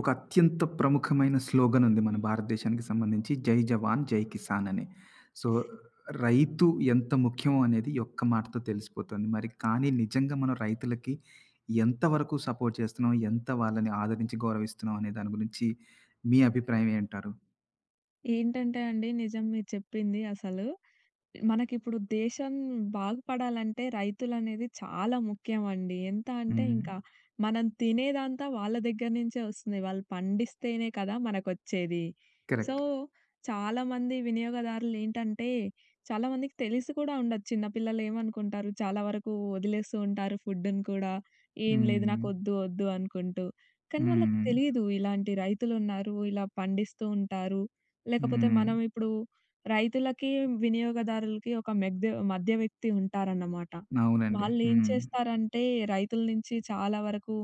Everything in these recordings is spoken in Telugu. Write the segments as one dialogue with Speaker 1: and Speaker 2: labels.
Speaker 1: ఒక అత్యంత ప్రముఖమైన స్లోగన్ ఉంది మన భారతదేశానికి సంబంధించి జై జవాన్ జై కిసాన్ అని. సో, రైతు ఎంత ముఖ్యం అనేది ఈ ఒక్క మాటతో తెలిసిపోతుంది. మరి కానీ నిజంగా మనం రైతులకి ఎంతవరకు సపోర్ట్ చేస్తున్నాం? ఎంత వాళ్ళని ఆదరించి గౌరవిస్తున్నాం అనే దాని గురించి మీ అభిప్రాయం ఏంటారు?
Speaker 2: ఏంటంటే అండి నిజం మీరు చెప్పింది అసలు. మనకిప్పుడు దేశం బాగుపడాలంటే రైతులనేది చాలా ముఖ్యమండి. ఎంత అంటే
Speaker 1: హ్మ్.
Speaker 2: ఇంకా మనం తినేదంతా వాళ్ళ దగ్గర నుంచే ఒస్తుంది. వాళ్ళు పండిస్తేనే కదా మనకొచ్చేది. So,
Speaker 1: correct.
Speaker 2: చాలామంది వినియోగదారులేంటంటే చాలా మందికి తెలిసి కూడా ఉండదు. చిన్న పిల్లలేమనుకుంటారు చాలా వరకు వదిలేస్తూ ఉంటారు ఫుడ్‌ని కూడా. ఏం లేదు
Speaker 1: హ్మ్.
Speaker 2: నాకొద్దు ఒద్దు అనుకుంటూ. కానీ వాళ్ళకి
Speaker 1: హ్మ్.
Speaker 2: తెలీదు ఇలాంటి రైతులున్నారు. ఇలా పండిస్తూ ఉంటారు. లేకపోతే
Speaker 1: హ్మ్.
Speaker 2: మనం ఇప్పుడు రైతులకి, వినియోగదారులకి ఒక మెగ్దె మధ్య వ్యక్తి ఉంటారన్నమాట.
Speaker 1: అవునండి.
Speaker 2: వాళ్ళేం
Speaker 1: హ్మ్.
Speaker 2: చేస్తారంటే, రైతుల నుంచి చాలా వరకు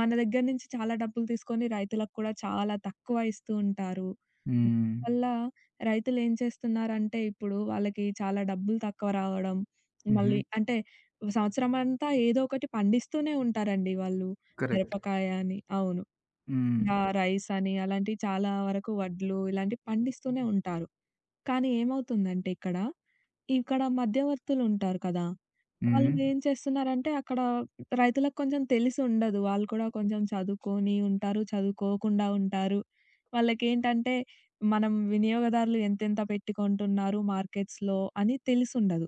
Speaker 2: మన దగ్గర నుంచి చాలా డబ్బులు తీసుకొని రైతులకు కూడా చాలా తక్కువ ఇస్తూ ఉంటారు.
Speaker 1: హ్మ్.
Speaker 2: వల్ల రైతులేం చేస్తున్నారంటే, ఇప్పుడు వాళ్ళకి చాలా డబ్బులు తక్కువ రావడం,
Speaker 1: హుహు.
Speaker 2: మళ్ళీ అంటే సంవత్సరమంతా ఏదో ఒకటి పండిస్తూనే ఉంటారండి వాళ్ళు.
Speaker 1: కరెక్ట్.
Speaker 2: మిరపకాయ అని అవును.
Speaker 1: హ్మ్.
Speaker 2: ఇలా రైస్ అని అలాంటివి చాలా వరకు వడ్లు ఇలాంటివి పండిస్తూనే ఉంటారు. కానీ ఏమవుతుందంటే ఇక్కడ మధ్యవర్తులుంటారు కదా! వాళ్ళు
Speaker 1: హ్మ్.
Speaker 2: ఏం చేస్తున్నారంటే అక్కడ రైతులకు కొంచెం తెలిసుండదు. వాళ్ళు కూడా కొంచెం చదువుకొని ఉంటారు, చదువుకోకుండా ఉంటారు. వాళ్ళకేంటంటే మనం వినియోగదారులు ఎంతెంత పెట్టి కొంటున్నారు మార్కెట్స్‌లో అని తెలిసుండదు.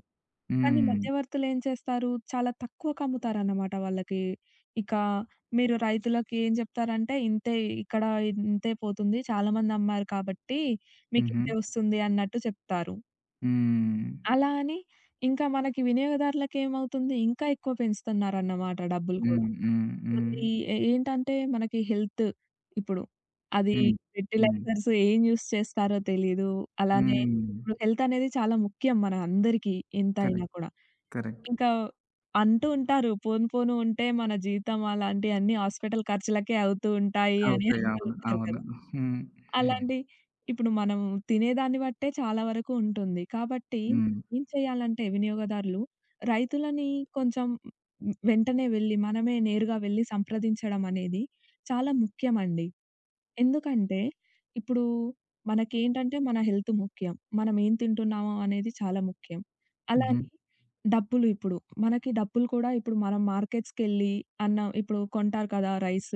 Speaker 2: కానీ
Speaker 1: హ్మ్.
Speaker 2: మధ్యవర్తులు ఏం చేస్తారు, చాలా తక్కువకమ్ముతారన్నమాట వాళ్ళకి. ఇక మీరు రైతులకి ఏం చెప్తారంటే, "ఇంతే ఇక్కడ ఇంతే పోతుంది. చాలామంది అమ్మారు కాబట్టి
Speaker 1: హుహు.
Speaker 2: మీకింతే వస్తుంది" అన్నట్టు చెప్తారు.
Speaker 1: హ్మ్.
Speaker 2: అలా అని ఇంకా మనకి వినియోగదారులకేమవుతుంది, ఇంకా ఎక్కువ పెంచుతున్నారన్నమాట డబ్బులు కూడా.
Speaker 1: హ్మ్. హ్మ్. హ్మ్.
Speaker 2: మళ్ళీ ఏంటంటే మనకి హెల్త్ ఇప్పుడు అది
Speaker 1: హ్మ్. హ్మ్.
Speaker 2: ఫెర్టిలైజర్స్ ఏం యూజ్ చేస్తారో తెలీదు. అలానే
Speaker 1: హ్మ్.
Speaker 2: ఇప్పుడు హెల్త్ అనేది చాలా ముఖ్యం మన అందరికీ ఎంతైనా
Speaker 1: కరెక్ట్.
Speaker 2: కూడా.
Speaker 1: కరెక్ట్.
Speaker 2: ఇంకా అంటూ ఉంటారు పోను పోను ఉంటే మన జీవితం అలాంటియన్నీ హాస్పిటల్ ఖర్చులకే అవుతూ ఉంటాయి అని
Speaker 1: అవుతాయి.
Speaker 2: అంటూ
Speaker 1: అవును.
Speaker 2: ఉంటారు
Speaker 1: అవును.
Speaker 2: కదా!
Speaker 1: హ్మ్.
Speaker 2: అలాంటి ఇప్పుడు మనం తినేదాన్ని బట్టే చాలా వరకు ఉంటుంది. కాబట్టి
Speaker 1: హ్మ్.
Speaker 2: ఏం చేయాలంటే వినియోగదారులు రైతులని కొంచెం వెంటనే వెళ్లి మనమే నేరుగా వెళ్లి సంప్రదించడం అనేది చాలా ముఖ్యమండి. ఎందుకంటే, ఇప్పుడు మనకేంటంటే మన హెల్త్ ముఖ్యం. మనం ఏం తింటున్నాము అనేది చాలా ముఖ్యం.
Speaker 1: హుహు.
Speaker 2: అలానే డబ్బులు ఇప్పుడు మనకి డబ్బులు కూడా ఇప్పుడు మనం మార్కెట్స్‌కెళ్ళి అన్నం ఇప్పుడు కొంటారు కదా! రైస్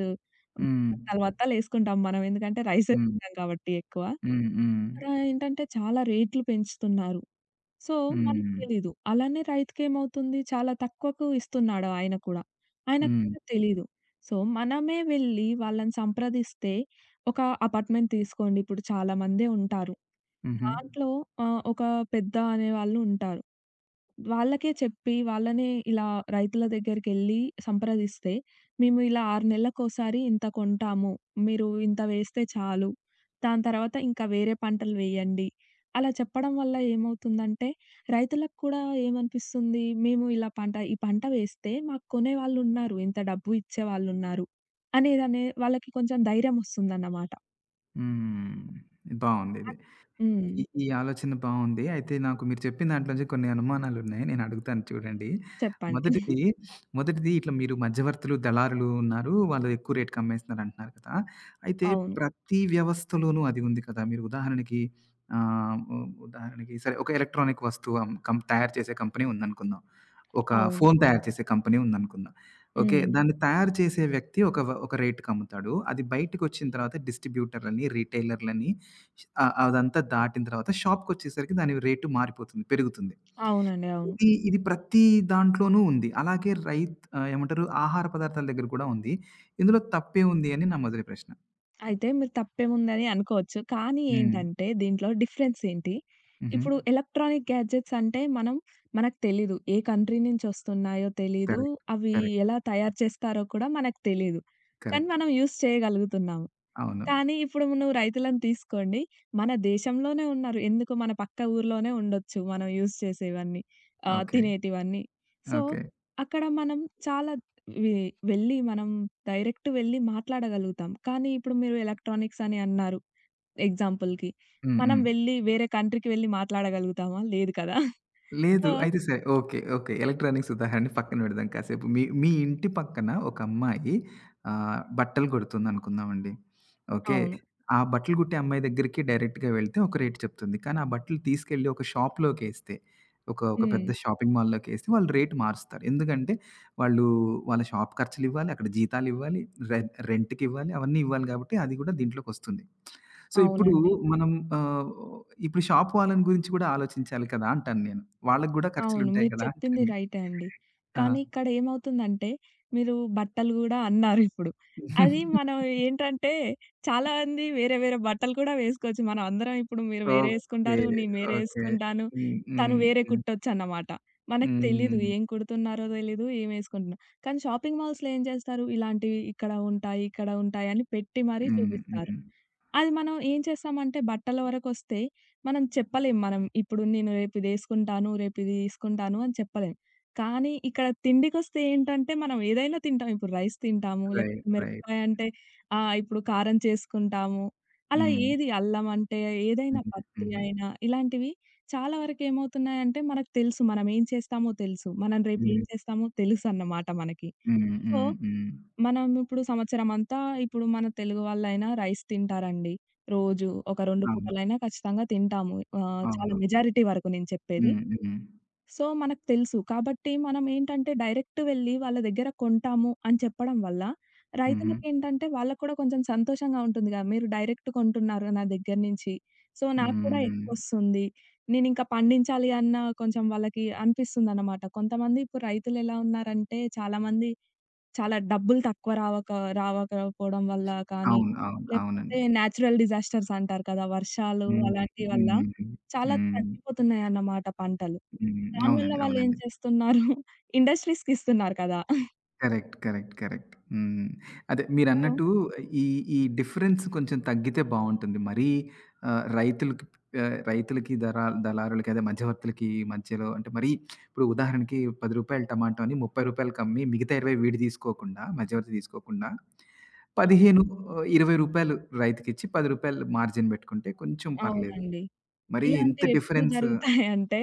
Speaker 1: హ్మ్.
Speaker 2: బత్తాలు బత్తాలేసుకుంటాం మనం. ఎందుకంటే రైసే
Speaker 1: హ్మ్.
Speaker 2: తింటాం కాబట్టి ఎక్కువ.
Speaker 1: హ్మ్. హ్మ్.
Speaker 2: ఇక్కడ ఏంటంటే చాలా రేట్లు పెంచుతున్నారు. సో, మనకు
Speaker 1: హ్మ్.
Speaker 2: తెలీదు. అలానే రైతుకేమవుతుంది చాలా తక్కువకు ఇస్తున్నాడు ఆయన కూడా. ఆయనకు
Speaker 1: హ్మ్.
Speaker 2: కూడా తెలీదు. సో, మనమే వెళ్లి వాళ్ళని సంప్రదిస్తే ఒక అపార్ట్‌మెంట్ తీసుకోండి ఇప్పుడు చాలా మందే ఉంటారు.
Speaker 1: హుహు.
Speaker 2: దాంట్లో ఒక పెద్ద అనేవాళ్ళు ఉంటారు. వాళ్ళకే చెప్పి, వాళ్ళనే ఇలా రైతుల దగ్గరికెళ్ళి సంప్రదిస్తే, "మేము ఇలా 6 నెలలకోసారి ఇంత కొంటాము. మీరు ఇంత వేస్తే చాలు. దాని తర్వాత ఇంకా వేరే పంటలు వేయండి." అలా చెప్పడం వల్ల ఏమవుతుందంటే, రైతులకు కూడా ఏమనిపిస్తుంది, మేము ఇలా ఈ పంట వేస్తే మాకు కొనేవాళ్ళున్నారు. ఇంత డబ్బు ఇచ్చేవాళ్ళున్నారు. అనేదనే వాళ్ళకి కొంచెం ధైర్యమొస్తుందన్నమాట.
Speaker 1: హ్మ్.
Speaker 2: అ
Speaker 1: బావుందిది. ఈ
Speaker 2: హ్మ్.
Speaker 1: ఈ ఆలోచన బావుంది. అయితే నాకు మీరు చెప్పిన దాంట్లో నుంచి కొన్ని అనుమానాలున్నాయి. నేను అడుగుతాను చూడండి.
Speaker 2: చెప్పండి.
Speaker 1: మొదటిది, మొదటిది, ఇట్లా మీరు మధ్యవర్తులు, దళారులు ఉన్నారు. వాళ్ళు ఎక్కువ రేట్‌కి అమ్మేస్తున్నారు అంటున్నారు కదా! అయితే
Speaker 2: అవును.
Speaker 1: ప్రతి వ్యవస్థలోనూ అది ఉంది కదా! మీరు ఉదాహరణకి ఆహ్, ఉ ఉదాహరణకి సరే ఒక ఎలక్ట్రానిక్ వస్తువు అం కం తయారు చేసే కంపెనీ ఉందనుకుందాం. ఒక
Speaker 2: అవును.
Speaker 1: ఫోను తయారు చేసే కంపెనీ ఉందనుకుందాం. ఓకే.
Speaker 2: హ్మ్.
Speaker 1: దాన్ని తయారు చేసే వ్యక్తి ఒక రేట్‌కి అమ్ముతాడు. అది బయటకొచ్చిన తర్వాత డిస్ట్రిబ్యూటర్లని, రిటైలర్లని ఆ! అదంతా దాటిన తర్వాత షాప్‌కొచ్చేసరికి దాని రేటు మారిపోతుంది, పెరుగుతుంది.
Speaker 2: అవునండి. అవును.
Speaker 1: ఇది ఇది ప్రతి దాంట్లోనూ ఉంది. అలాగే ఏమంటారు ఆహార పదార్థాల దగ్గర కూడా ఉంది. ఇందులో తప్పేముంది అని నా మొదటి ప్రశ్న.
Speaker 2: అయితే మీరు తప్పేముందని అనుకోవచ్చు. కానీ
Speaker 1: హ్మ్.
Speaker 2: ఏంటంటే దీంట్లో డిఫరెన్స్ ఏంటి?
Speaker 1: హుహు.
Speaker 2: ఇప్పుడు ఎలక్ట్రానిక్ గ్యాడ్జెట్స్ అంటే మనం మనకు తెలీదు. ఏ కంట్రీ నుంచొస్తున్నాయో తెలీదు.
Speaker 1: కరెక్ట్.
Speaker 2: అవి
Speaker 1: కరెక్ట్.
Speaker 2: ఎలా తయారు చేస్తారో కూడా మనకు తెలీదు. కానీ
Speaker 1: కరెక్ట్.
Speaker 2: మనం యూజ్ చేయగలుగుతున్నాం.
Speaker 1: అవును.
Speaker 2: కానీ ఇప్పుడు నువ్వు రైతులను తీసుకోండి. మన దేశంలోనే ఉన్నారు. ఎందుకు మన పక్క ఊర్లోనే ఉండొచ్చు. మనం యూజ్ చేసేవన్నీ.
Speaker 1: ఓకే.
Speaker 2: తినేటివన్నీ. So,
Speaker 1: okay.
Speaker 2: అక్కడ మనం చాలా వె వెళ్లి మనం డైరెక్ట్ వెళ్లి మాట్లాడగలుగుతాం. కానీ ఇప్పుడు మీరు ఎలక్ట్రానిక్స్ అని అన్నారు ఎగ్జాంపుల్‌కి.
Speaker 1: హ్మ్.
Speaker 2: మనం
Speaker 1: హ్మ్.
Speaker 2: వెళ్లి వేరే కంట్రీకి వెళ్లి మాట్లాడగలుగుతామా? లేదు కదా!
Speaker 1: లేదు.
Speaker 2: సో
Speaker 1: అయితే సరే. ఓకే. ఓకే. ఎలక్ట్రానిక్స్ ఉదాహరణని పక్కన పెడదాం కాసేపు. మీ మీ ఇంటి పక్కన ఒక అమ్మాయి బట్టలు కుడుతుందనుకుందామండి. ఓకే.
Speaker 2: అవును.
Speaker 1: ఆ బట్టలు కుట్టే అమ్మాయి దగ్గరికి డైరెక్ట్‌గా వెళ్తే ఒక రేట్ చెప్తుంది. కానీ ఆ బట్టలు తీసుకెళ్ళి ఒక షాప్‌లోకేస్తే, ఒక ఒక
Speaker 2: హ్మ్.
Speaker 1: పెద్ద షాపింగ్ మాల్‌లోకేస్తే వాళ్ళు రేట్ మారుస్తారు. ఎందుకంటే వాళ్ళు వాళ్ళ షాప్ ఖర్చులివ్వాలి, అక్కడ జీతాలివ్వాలి, రె రెంట్‌కివ్వాలి అవన్నీ ఇవ్వాలి కాబట్టి అది కూడా దీంట్లోకొస్తుంది. సో, ఇప్పుడు
Speaker 2: అవునండి.
Speaker 1: మనం ఆహ్, ఇప్పుడు షాప్ వాళ్ళని గురించి కూడా ఆలోచించాలి కదా! అంటాను నేను. వాళ్ళకి గూడా
Speaker 2: అవును.
Speaker 1: ఖర్చులుంటాయి
Speaker 2: మీరు
Speaker 1: కదా!
Speaker 2: చెప్పింది
Speaker 1: అంటాను.
Speaker 2: రైటే అండి.
Speaker 1: ఆ!
Speaker 2: కానీ ఇక్కడ ఏమవుతుందంటే మీరు బట్టలు గూడా అన్నారిప్పుడు. అది మనం ఏంటంటే చాలా మంది వేరే వేరే బట్టలు కూడా వేసుకోవచ్చు. మనం అందరం ఇప్పుడు మీరు వేరే
Speaker 1: ఓకే.
Speaker 2: యేసుకుంటారు, నేను వేరే
Speaker 1: ఓకే.
Speaker 2: యేసుకుంటాను.
Speaker 1: హ్మ్.
Speaker 2: తను
Speaker 1: హ్మ్.
Speaker 2: వేరే
Speaker 1: హ్మ్.
Speaker 2: కుట్టొచ్చన్నమాట. మనకు తెలీదు
Speaker 1: హ్మ్.
Speaker 2: ఏం కుడుతున్నారో తెలీదు, ఏం యేసుకుంటున్నా కానీ షాపింగ్ మాల్స్‌లో ఏం చేస్తారు ఇలాంటివి ఇక్కడ ఉంటాయి, ఇక్కడ ఉంటాయి అని పెట్టి మరీ
Speaker 1: హ్మ్.
Speaker 2: చూపిస్తారు.
Speaker 1: హ్మ్.
Speaker 2: అది మనం ఏం చేస్తామంటే బట్టల వరకొస్తే మనం చెప్పలేం. మనం ఇప్పుడు నేను రేపిదేసుకుంటాను, రేపిది తీసుకుంటాను అని చెప్పలేం. కానీ ఇక్కడ తిండికొస్తే ఏంటంటే మనం ఏదైనా తింటాం. ఇప్పుడు రైస్ తింటాము. లేకపోతే
Speaker 1: రైట్. రైట్.
Speaker 2: మిరపకాయ అంటే ఇప్పుడు కారం చేసుకుంటాము. అలా
Speaker 1: హ్మ్.
Speaker 2: ఏది అల్లం అంటే ఏదైనా
Speaker 1: హ్మ్.
Speaker 2: పత్తి
Speaker 1: హ్మ్.
Speaker 2: అయినా ఇలాంటివి చాలా వరకేమవుతున్నాయంటే మనకు తెలుసు. మనం ఏం చేస్తామో తెలుసు. మనం రేపు ఏం
Speaker 1: హ్మ్.
Speaker 2: చేస్తామో తెలుసన్నమాట మనకి.
Speaker 1: హ్మ్.
Speaker 2: సో
Speaker 1: హ్మ్. హ్మ్.
Speaker 2: మనం ఇప్పుడు సంవత్సరమంతా ఇప్పుడు మన తెలుగు వాళ్ళైనా రైస్ తింటారండి. రోజు ఒక 2
Speaker 1: అవును.
Speaker 2: పూటలైనా ఖచ్చితంగా తింటాము. చాలా
Speaker 1: అవును.
Speaker 2: మెజారిటీ వరకు నేను చెప్పేది.
Speaker 1: హ్మ్. హ్మ్.
Speaker 2: సో, మనకు తెలుసు. కాబట్టి మనం ఏంటంటే డైరెక్ట్ వెళ్లి వాళ్ళ దగ్గర కొంటాము అని చెప్పడం వల్ల
Speaker 1: హుహు.
Speaker 2: రైతులకేంటంటే వాళ్ళకి కూడా కొంచెం సంతోషంగా ఉంటుందిగా. మీరు డైరెక్ట్ కొంటున్నారు నా దగ్గర నుంచి. సో, నాకు కూడా
Speaker 1: హ్మ్.
Speaker 2: ఎక్కువొస్తుంది. నేనింకా పండించాలి అన్న కొంచెం వాళ్ళకి అనిపిస్తుందన్నమాట. కొంతమంది ఇప్పుడు రైతులెలా ఉన్నారంటే చాలామంది చాలా డబ్బులు తక్కువ రావకపోవడం వల్ల కానీ,
Speaker 1: అవును. అవును.
Speaker 2: లేపోతే
Speaker 1: అవునండి.
Speaker 2: నేచురల్ డిజాస్టర్స్ అంటారు కదా! వర్షాలు
Speaker 1: హ్మ్.
Speaker 2: అలాంటి వల్ల
Speaker 1: హ్మ్.
Speaker 2: చాలా
Speaker 1: హ్మ్.
Speaker 2: తగ్గిపోతున్నాయన్నమాట పంటలు.
Speaker 1: హ్మ్.
Speaker 2: దానివల్ల
Speaker 1: అవునండి.
Speaker 2: వాళ్ళేం
Speaker 1: అవునండి.
Speaker 2: చేస్తున్నారు ఇండస్ట్రీస్‌కిస్తున్నారు కదా!
Speaker 1: కరెక్ట్. కరెక్ట్. కరెక్ట్. హ్మ్. అదే
Speaker 2: సో
Speaker 1: మీరన్నట్టు ఈ ఈ డిఫరెన్స్ కొంచెం తగ్గితే బావుంటుంది. మరీ ఆహ్, రైతులకి రైతులకి దళారులకి అదే మధ్యవర్తులకి మధ్యలో అంటే మరీ ఇప్పుడు ఉదాహరణకి రూ. 10 టమాటో అని రూ. 30కి అమ్మి మిగతా 20 వీడు తీసుకోకుండా మధ్యవర్తి తీసుకోకుండా
Speaker 2: అవును.
Speaker 1: 15 రూ. 20 రైతుకిచ్చి రూ. 10 మార్జిన్ పెట్టుకుంటే కొంచెం పర్లేదు.
Speaker 2: అవునండి.
Speaker 1: మరి ఎంత
Speaker 2: ఇలాంటివెప్పుడు
Speaker 1: డిఫరెన్స్
Speaker 2: జరుగుతాయంటే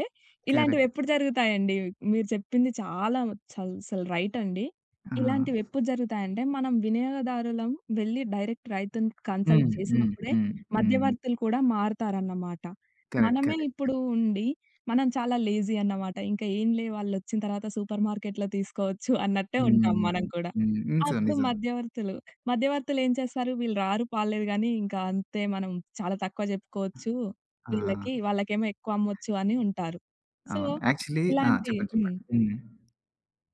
Speaker 1: కరెక్ట్.
Speaker 2: ఇలాంటివెప్పుడు జరుగుతాయండి? మీరు చెప్పింది చాలా అసలు రైట్ అండి.
Speaker 1: ఆ!
Speaker 2: ఇలాంటివెప్పుడు జరుగుతాయంటే, మనం వినియోగదారులం వెళ్లి డైరెక్ట్ రైతుని కన్సల్ట్
Speaker 1: హ్మ్. హ్మ్.
Speaker 2: చేసినప్పుడే
Speaker 1: హ్మ్. హ్మ్.
Speaker 2: మధ్యవర్తులు కూడా మారతారన్నమాట.
Speaker 1: కరెక్ట్.
Speaker 2: మనమే
Speaker 1: కరెక్ట్.
Speaker 2: ఇప్పుడు ఉండి, మనం చాలా లేజీ అన్నమాట. ఇంకా ఏంలే వాళ్ళొచ్చిన తర్వాత సూపర్ మార్కెట్‌లో తీసుకోవచ్చు అన్నట్టే
Speaker 1: హ్మ్.
Speaker 2: ఉంటాం మనం కూడా.
Speaker 1: హ్మ్. నిజం.
Speaker 2: అప్పుడు
Speaker 1: నిజం.
Speaker 2: మధ్యవర్తులు. మధ్యవర్తులేం చేస్తారు, వీళ్ళు రారు, పాలులేదు గానీ ఇంకా అంతే మనం చాలా తక్కువ జెప్పుకోవచ్చు
Speaker 1: ఆ!
Speaker 2: వీళ్ళకి, వాళ్ళకేమో ఎక్కువ అమ్మొచ్చు అని ఉంటారు. సో,
Speaker 1: అవును. యాక్చువల్లీ ఆ!
Speaker 2: ఇలాంటి
Speaker 1: చెప్పండి.
Speaker 2: హ్మ్.
Speaker 1: చెప్పండి. హ్మ్.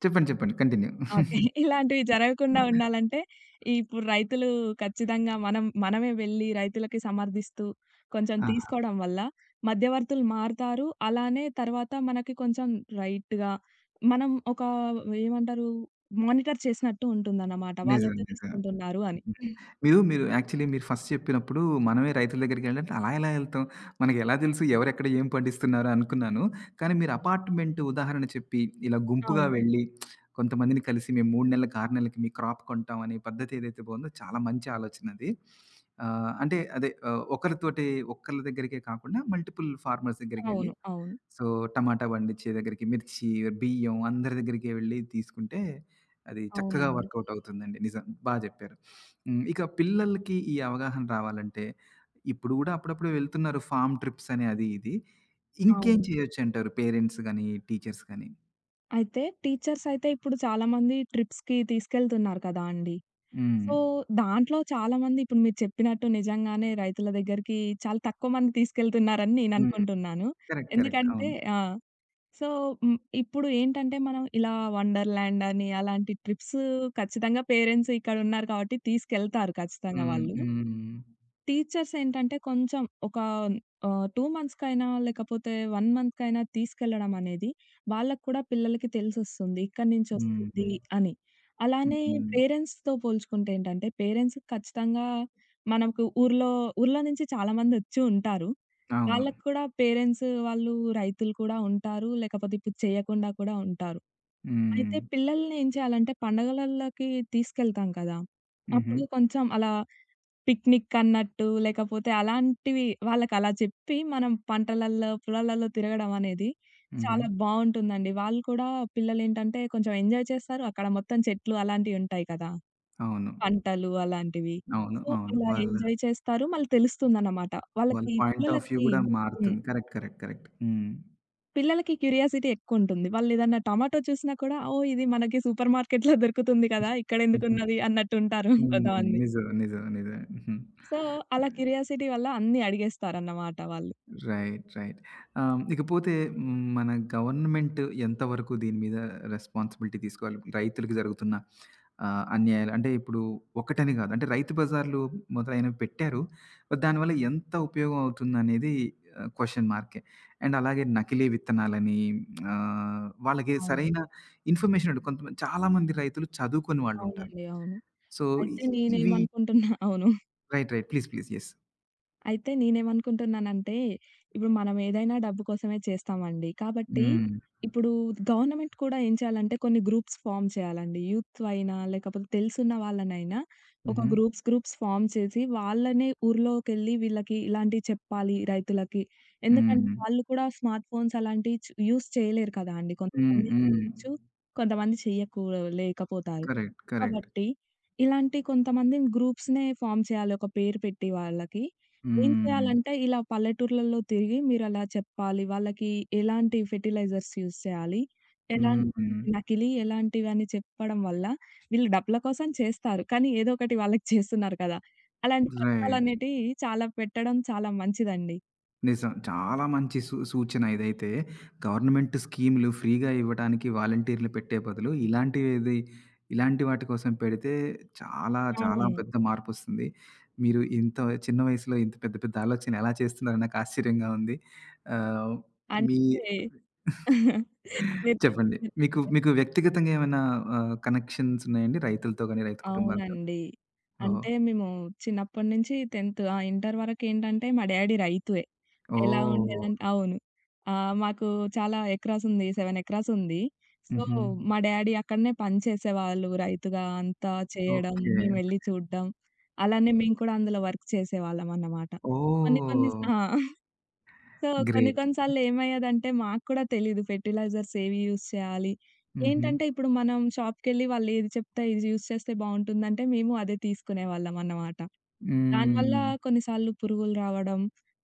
Speaker 1: చెప్పండి. చెప్పండి. కంటిన్యూ.
Speaker 2: ఓకే. ఇలాంటివి జరగకుండా ఉండాలంటే, ఇప్పుడు రైతులు ఖచ్చితంగా మనమే వెళ్లి రైతులకి సమర్థిస్తూ కొంచెం
Speaker 1: ఆ!
Speaker 2: తీసుకోవడం వల్ల మధ్యవర్తులు మారుతారు. అలానే తర్వాత మనకి కొంచెం రైట్‌గా మనం ఒక ఏమంటారు మానిటర్ చేసినట్టు ఉంటుందన్నమాట.
Speaker 1: నిజం.
Speaker 2: వాళ్ళెంత
Speaker 1: నిజం.
Speaker 2: తీసుకుంటున్నారు అని.
Speaker 1: మీరు మీరు యాక్చువల్లీ మీరు ఫస్ట్ చెప్పినప్పుడు మనమే రైతుల దగ్గరికెళ్ళాలంటే అలా ఎళ్తాం? మనకెలా తెలుసు ఎవరెక్కడ ఏం పండిస్తున్నారో అనుకున్నాను. కానీ మీరు అపార్ట్‌మెంట్ ఉదాహరణ చెప్పి, ఇలా గుంపుగా
Speaker 2: అవును.
Speaker 1: వెళ్ళి కొంతమందిని కలిసి మేము 3 నెలలకి, 6 నెలలకి మీ క్రాప్ కొంటాం అనే పద్ధతి ఏదైతే బావుందో చాలా మంచి ఆలోచనది. అంటే అదే ఒకరితోటి ఒక్కళ్ళ దగ్గరికే కాకుండా మల్టిపుల్ ఫార్మర్స్ దగ్గరికెళ్ళి
Speaker 2: అవును. అవును.
Speaker 1: సో, టమాటా పండించే దగ్గరికి, మిర్చి, బియ్యం అందరి దగ్గరికి వెళ్లి తీసుకుంటే, అది చక్కగా
Speaker 2: అవునండి.
Speaker 1: వర్కౌట్ అవుతుందండి. నిజం. బా జెప్పారు. హ్మ్. ఇక పిల్లలకి ఈ అవగాహన రావాలంటే, ఇప్పుడు గూడా అప్పుడప్పుడు వెళ్తున్నారు ఫార్మ్ ట్రిప్స్ అని అది ఇది. ఇంకేం
Speaker 2: అవును.
Speaker 1: చేయొచ్చంటారు పేరెంట్స్ గాని, టీచర్స్ గాని?
Speaker 2: అయితే టీచర్స్ అయితే ఇప్పుడు చాలామంది ట్రిప్స్‌కి తీసుకెళ్తున్నారు కదా అండి.
Speaker 1: హ్మ్.
Speaker 2: సో, దాంట్లో చాలామంది ఇప్పుడు మీరు చెప్పినట్టు నిజంగానే రైతుల దగ్గరికి చాలా తక్కువ మంది తీసుకెళ్తున్నారని
Speaker 1: హ్మ్.
Speaker 2: నేననుకుంటున్నాను.
Speaker 1: కరెక్ట్. కరెక్ట్.
Speaker 2: ఎందుకంటే
Speaker 1: అవును.
Speaker 2: ఆ! సో, హ్మ్. ఇప్పుడు ఏంటంటే మనం ఇలా వండర్‌ల్యాండ్ అని అలాంటి ట్రిప్స్ ఖచ్చితంగా పేరెంట్స్ ఇక్కడున్నారు కాబట్టి తీసుకెళ్తారు ఖచ్చితంగా
Speaker 1: హ్మ్.
Speaker 2: వాళ్ళు.
Speaker 1: హ్మ్.
Speaker 2: టీచర్స్ ఏంటంటే కొంచెం ఒక 2 మంత్స్‌కైనా లేకపోతే 1 మంత్‌కైనా తీసుకెళ్లడం అనేది వాళ్ళకి కూడా పిల్లలకి తెలిసొస్తుంది. ఇక్కడి నుంచి
Speaker 1: హ్మ్.
Speaker 2: వస్తుంది అని. అలానే
Speaker 1: హ్మ్.
Speaker 2: పేరెంట్స్‌తో పోల్చుకుంటే ఏంటంటే పేరెంట్స్ ఖచ్చితంగా మనకు ఊర్లో ఊర్లో నుంచి చాలామంది వచ్చి ఉంటారు.
Speaker 1: అవును.
Speaker 2: వాళ్ళకి కూడా పేరెంట్స్ వాళ్ళు రైతులు కూడా ఉంటారు. లేకపోతే ఇప్పుడు చేయకుండా కూడా ఉంటారు. అయితే
Speaker 1: హ్మ్.
Speaker 2: పిల్లల్ని ఏం చేయాలంటే పండగలల్లకి తీసుకెళ్తాం కదా!
Speaker 1: హుహు.
Speaker 2: అప్పుడు కొంచెం అలా పిక్నిక్ అన్నట్టు లేకపోతే అలాంటివి వాళ్ళకలా చెప్పి మనం పంటలల్లో, పొలాలలో తిరగడం అనేది
Speaker 1: హుహు.
Speaker 2: చాలా బావుంటుందండి. వాళ్ళు కూడా పిల్లలేంటంటే కొంచెం ఎంజాయ్ చేస్తారు. అక్కడ మొత్తం చెట్లు అలాంటియుంటాయి కదా!
Speaker 1: అవును.
Speaker 2: పంటలు అలాంటివి.
Speaker 1: అవును.
Speaker 2: సో,
Speaker 1: అవును.
Speaker 2: అలా
Speaker 1: వాళ్ళ
Speaker 2: ఎంజాయ్ చేస్తారు. మళ్ళీ తెలుస్తుందన్నమాట.
Speaker 1: వాళ్ళ
Speaker 2: వాళ్ళకి
Speaker 1: పాయింట్ ఆఫ్ వ్యూ
Speaker 2: పిల్లలకి
Speaker 1: గూడా
Speaker 2: హ్మ్.
Speaker 1: మారుతుంది. కరెక్ట్. కరెక్ట్. కరెక్ట్. హ్మ్.
Speaker 2: పిల్లలకి క్యూరియాసిటీ ఎక్కువుంటుంది. వాళ్ళేదన్నా టమాటో చూసినా కూడా, ఓహ్! ఇది మనకి సూపర్ మార్కెట్‌లో దొరుకుతుంది కదా!
Speaker 1: హ్మ్.
Speaker 2: ఇక్కడెందుకున్నది అన్నట్టుంటారు
Speaker 1: హ్మ్.
Speaker 2: కొంతమంది.
Speaker 1: నిజమే. నిజమే. నిజమే. హ్మ్.
Speaker 2: సో, అలా క్యూరియాసిటీ వల్ల అన్నీ అడిగేస్తారన్నమాట వాళ్ళు.
Speaker 1: రైట్. రైట్. ఇకపోతే హ్మ్, మన గవర్నమెంట్ ఎంతవరకు దీని మీద రెస్పాన్సిబిలిటీ తీసుకోవాలి? రైతులకి జరుగుతున్న అన్యాయాలు అంటే ఇప్పుడు ఒకటని గాదు. అంటే రైతు బజార్లు మొదలైనవి పెట్టారు. బట్ దానివల్ల ఎంత ఉపయోగం అవుతుందనేది క్వెషన్ మార్కే. అండ్ అలాగే నకిలీ విత్తనాలని వాళ్ళకి
Speaker 2: అవును.
Speaker 1: సరైన ఇన్ఫర్మేషన్ ఉండదు. కొంతమంది చాలామంది రైతులు చదువుకోని వాళ్ళుంటారు.
Speaker 2: అవునండి. అవును.
Speaker 1: సో, ఇ
Speaker 2: అయితే
Speaker 1: ఇవి
Speaker 2: నేనేమనుకుంటున్నా అవును.
Speaker 1: Right. Right. Please. Please. Yes.
Speaker 2: అయితే నేనేమనుకుంటున్నానంటే, ఇప్పుడు మనం ఏదైనా డబ్బు కోసమే చేస్తామండి. కాబట్టి
Speaker 1: హ్మ్.
Speaker 2: ఇప్పుడు గవర్నమెంట్ కూడా ఏం చేయాలంటే కొన్ని గ్రూప్స్ ఫార్మ్ చేయాలండి. యూత్ అయినా, లేకపోతే తెలుసున్న వాళ్ళనైనా ఒక
Speaker 1: హుహు.
Speaker 2: గ్రూప్స్ ఫార్మ్ చేసి వాళ్ళనే ఊర్లోకెళ్ళి వీళ్ళకి ఇలాంటివి చెప్పాలి రైతులకి. ఎందుకంటే
Speaker 1: హ్మ్.
Speaker 2: వాళ్ళు కూడా స్మార్ట్ ఫోన్స్ అలాంటివి యూజ్ చేయలేరు కదా అండి.
Speaker 1: హ్మ్.
Speaker 2: కొంతమంది
Speaker 1: హ్మ్.
Speaker 2: చేయొచ్చు, కొంతమంది లేకపోతారు.
Speaker 1: కరెక్ట్. కరెక్ట్.
Speaker 2: కాబట్టి, ఇలాంటి కొంతమంది గ్రూప్స్‌నే ఫార్మ్ చేయాలి ఒక పేరు పెట్టి వాళ్ళకి. ఏం
Speaker 1: హ్మ్.
Speaker 2: చేయాలంటే ఇలా పల్లెటూర్లలో తిరిగి మీరలా చెప్పాలి. వాళ్ళకి ఎలాంటి ఫెర్టిలైజర్స్ యూజ్ చేయాలి, ఎలాంటి
Speaker 1: హ్మ్.
Speaker 2: నకిలీ ఎలాంటివని చెప్పడం వల్ల వీళ్ళు డబ్బుల కోసం చేస్తారు. కానీ ఏదో ఒకటి వాళ్ళకి చేస్తున్నారు కదా! అలాంటి
Speaker 1: రైట్.
Speaker 2: పథకాలనేటివి చాలా పెట్టడం చాలా మంచిదండి.
Speaker 1: నిజం. చాలా మంచి సూచన ఇదైతే. గవర్నమెంట్ స్కీములు ఫ్రీగా ఇవ్వడానికి వాలంటీర్‌లు పెట్టే బదులు ఇలాంటివేది ఇలాంటి వాటి కోసం పెడితే చాలా చాలా
Speaker 2: అవును.
Speaker 1: పెద్ద మార్పొస్తుంది. మీరు ఇంత చిన్న వయసులో ఇంత పెద్ద పెద్ద ఆలోచనలు ఎలా చేస్తున్నారో నాకు ఆశ్చర్యంగా ఉంది. ఆహ్, మీ
Speaker 2: అంటే మీరు
Speaker 1: చెప్పండి.
Speaker 2: చెప్పింది
Speaker 1: మీకు మీకు వ్యక్తిగతంగా ఏమైనా కనెక్షన్స్ ఉన్నాయండి రైతులతో గాని, రైతు కుటుంబాలతో?
Speaker 2: అవునండి.
Speaker 1: ఓహ్!
Speaker 2: అంటే మేము చిన్నప్పటి నుంచి 10th ఇంటర్ వరకేంటంటే మా డాడీ రైతుయే. ఎలా
Speaker 1: ఓహ్!
Speaker 2: ఉండేదంటే అవును. మాకు చాలా ఎకరాస్ ఉంది. 7 ఎకరాస్ ఉంది. సో,
Speaker 1: హుహు.
Speaker 2: మా డాడీ అక్కడనే పని చేసేవాళ్ళు రైతుగా అంతా చేయడం,
Speaker 1: ఓకే.
Speaker 2: మేమెళ్లి చూడడం. అలానే మేము కూడా అందులో వర్క్ చేసేవాళ్ళమన్నమాట. కొన్ని కొన్ని
Speaker 1: ఓహ్!
Speaker 2: సా ఆ! సో, కొన్ని
Speaker 1: గ్రేట్.
Speaker 2: కొన్ని సార్లు ఏమయ్యేదంటే మాకు కూడా తెలీదు ఫెర్టిలైజర్స్ ఏవి యూజ్ చేయాలి.
Speaker 1: హుహు.
Speaker 2: ఏంటంటే ఇప్పుడు మనం షాప్‌కెళ్ళి వాళ్ళేది చెప్తే ఇది యూజ్ చేస్తే బావుంటుందంటే మేము అదే తీసుకునేవాళ్ళం అన్నమాట. దానివల్ల
Speaker 1: హ్మ్.
Speaker 2: కొన్నిసార్లు పురుగులు రావడం,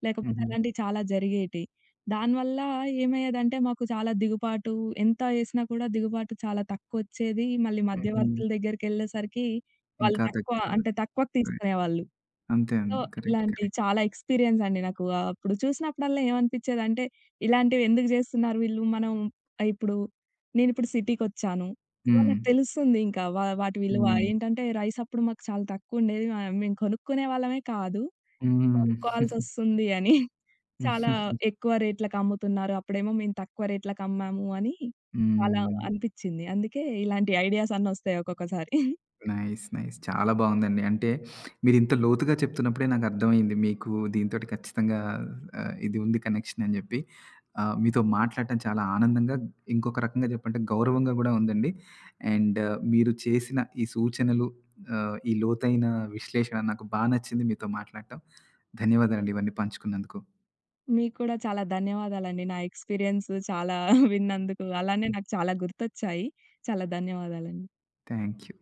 Speaker 2: లేకపోతే
Speaker 1: హుహు.
Speaker 2: అలాంటివి చాలా జరిగేటియి. దానివల్ల ఏమయ్యేదంటే మాకు చాలా దిగుబాటు ఎంత ఏసినా కూడా దిగుబాటు చాలా తక్కువొచ్చేది. మళ్ళీ
Speaker 1: హుహు.
Speaker 2: మధ్యవర్తుల దగ్గరికెళ్ళేసరికి వాళ్ళు
Speaker 1: ఇంకా
Speaker 2: తక్కువ
Speaker 1: తగ్గినా
Speaker 2: అంటే తక్కువకి
Speaker 1: రైట్.
Speaker 2: తీసుకునేవాళ్ళు.
Speaker 1: అంతే
Speaker 2: సో,
Speaker 1: అండి. కరెక్ట్.
Speaker 2: ఇలాంటి
Speaker 1: కరెక్ట్.
Speaker 2: చాలా ఎక్స్‌పీరియన్స్ అండి నాకు. ఆ అప్పుడు చూసినప్పుడల్లా ఏమనిపిచ్చేదంటే, ఇలాంటివి ఎందుకు జేస్తున్నారు వీళ్ళు? మనం ఆహ్, ఇప్పుడు నేనిప్పుడు సిటీకొచ్చాను. సో,
Speaker 1: హ్మ్.
Speaker 2: నాకు తెలుస్తుంది ఇంకా వాటి విలువ.
Speaker 1: హ్మ్.
Speaker 2: ఏంటంటే, రైస్ అప్పుడు మాకు చాలా తక్కువుండేది. మేము కొనుక్కునే వాళ్ళమే కాదు. ఇప్పుడు
Speaker 1: హ్మ్.
Speaker 2: కొనుక్కోవాల్సొస్తుంది అని చాలా ఎక్కువ రేట్లకి అమ్ముతున్నారు. అప్పుడేమో మేము తక్కువ రేట్లకమ్మాము అని చాలా
Speaker 1: హ్మ్.
Speaker 2: అనిపిచ్చింది. అందుకే ఇలాంటి ఐడియాస్ అన్నొస్తాయి ఒక్కొక్కసారి.
Speaker 1: నైస్. నైస్. చాలా బావుందండి. అంటే మీరింత లోతుగా చెప్తున్నప్పుడే నాకర్థమైంది. మీకు దీనితోటి ఖచ్చితంగా ఇది ఉంది కనెక్షన్ అని జెప్పి. మీతో మాట్లాడటం చాలా ఆనందంగా, ఇంకొక రకంగా జెప్పంటే గౌరవంగా గూడా ఉందండి. అండ్ మీరు చేసిన ఈ సూచనలు, ఈ లోతైన విశ్లేషణ నాకు బా నచ్చింది మీతో మాట్లాడటం. ధన్యవాదాలండి ఇవన్నీ పంచుకున్నందుకు.
Speaker 2: మీకు కూడా చాలా ధన్యవాదాలండి. నా ఎక్స్‌పీరియన్స్ చాలా విన్నందుకు. అలానే నాకు చాలా గుర్తొచ్చాయి. చాలా ధన్యవాదాలండి.
Speaker 1: Thank you.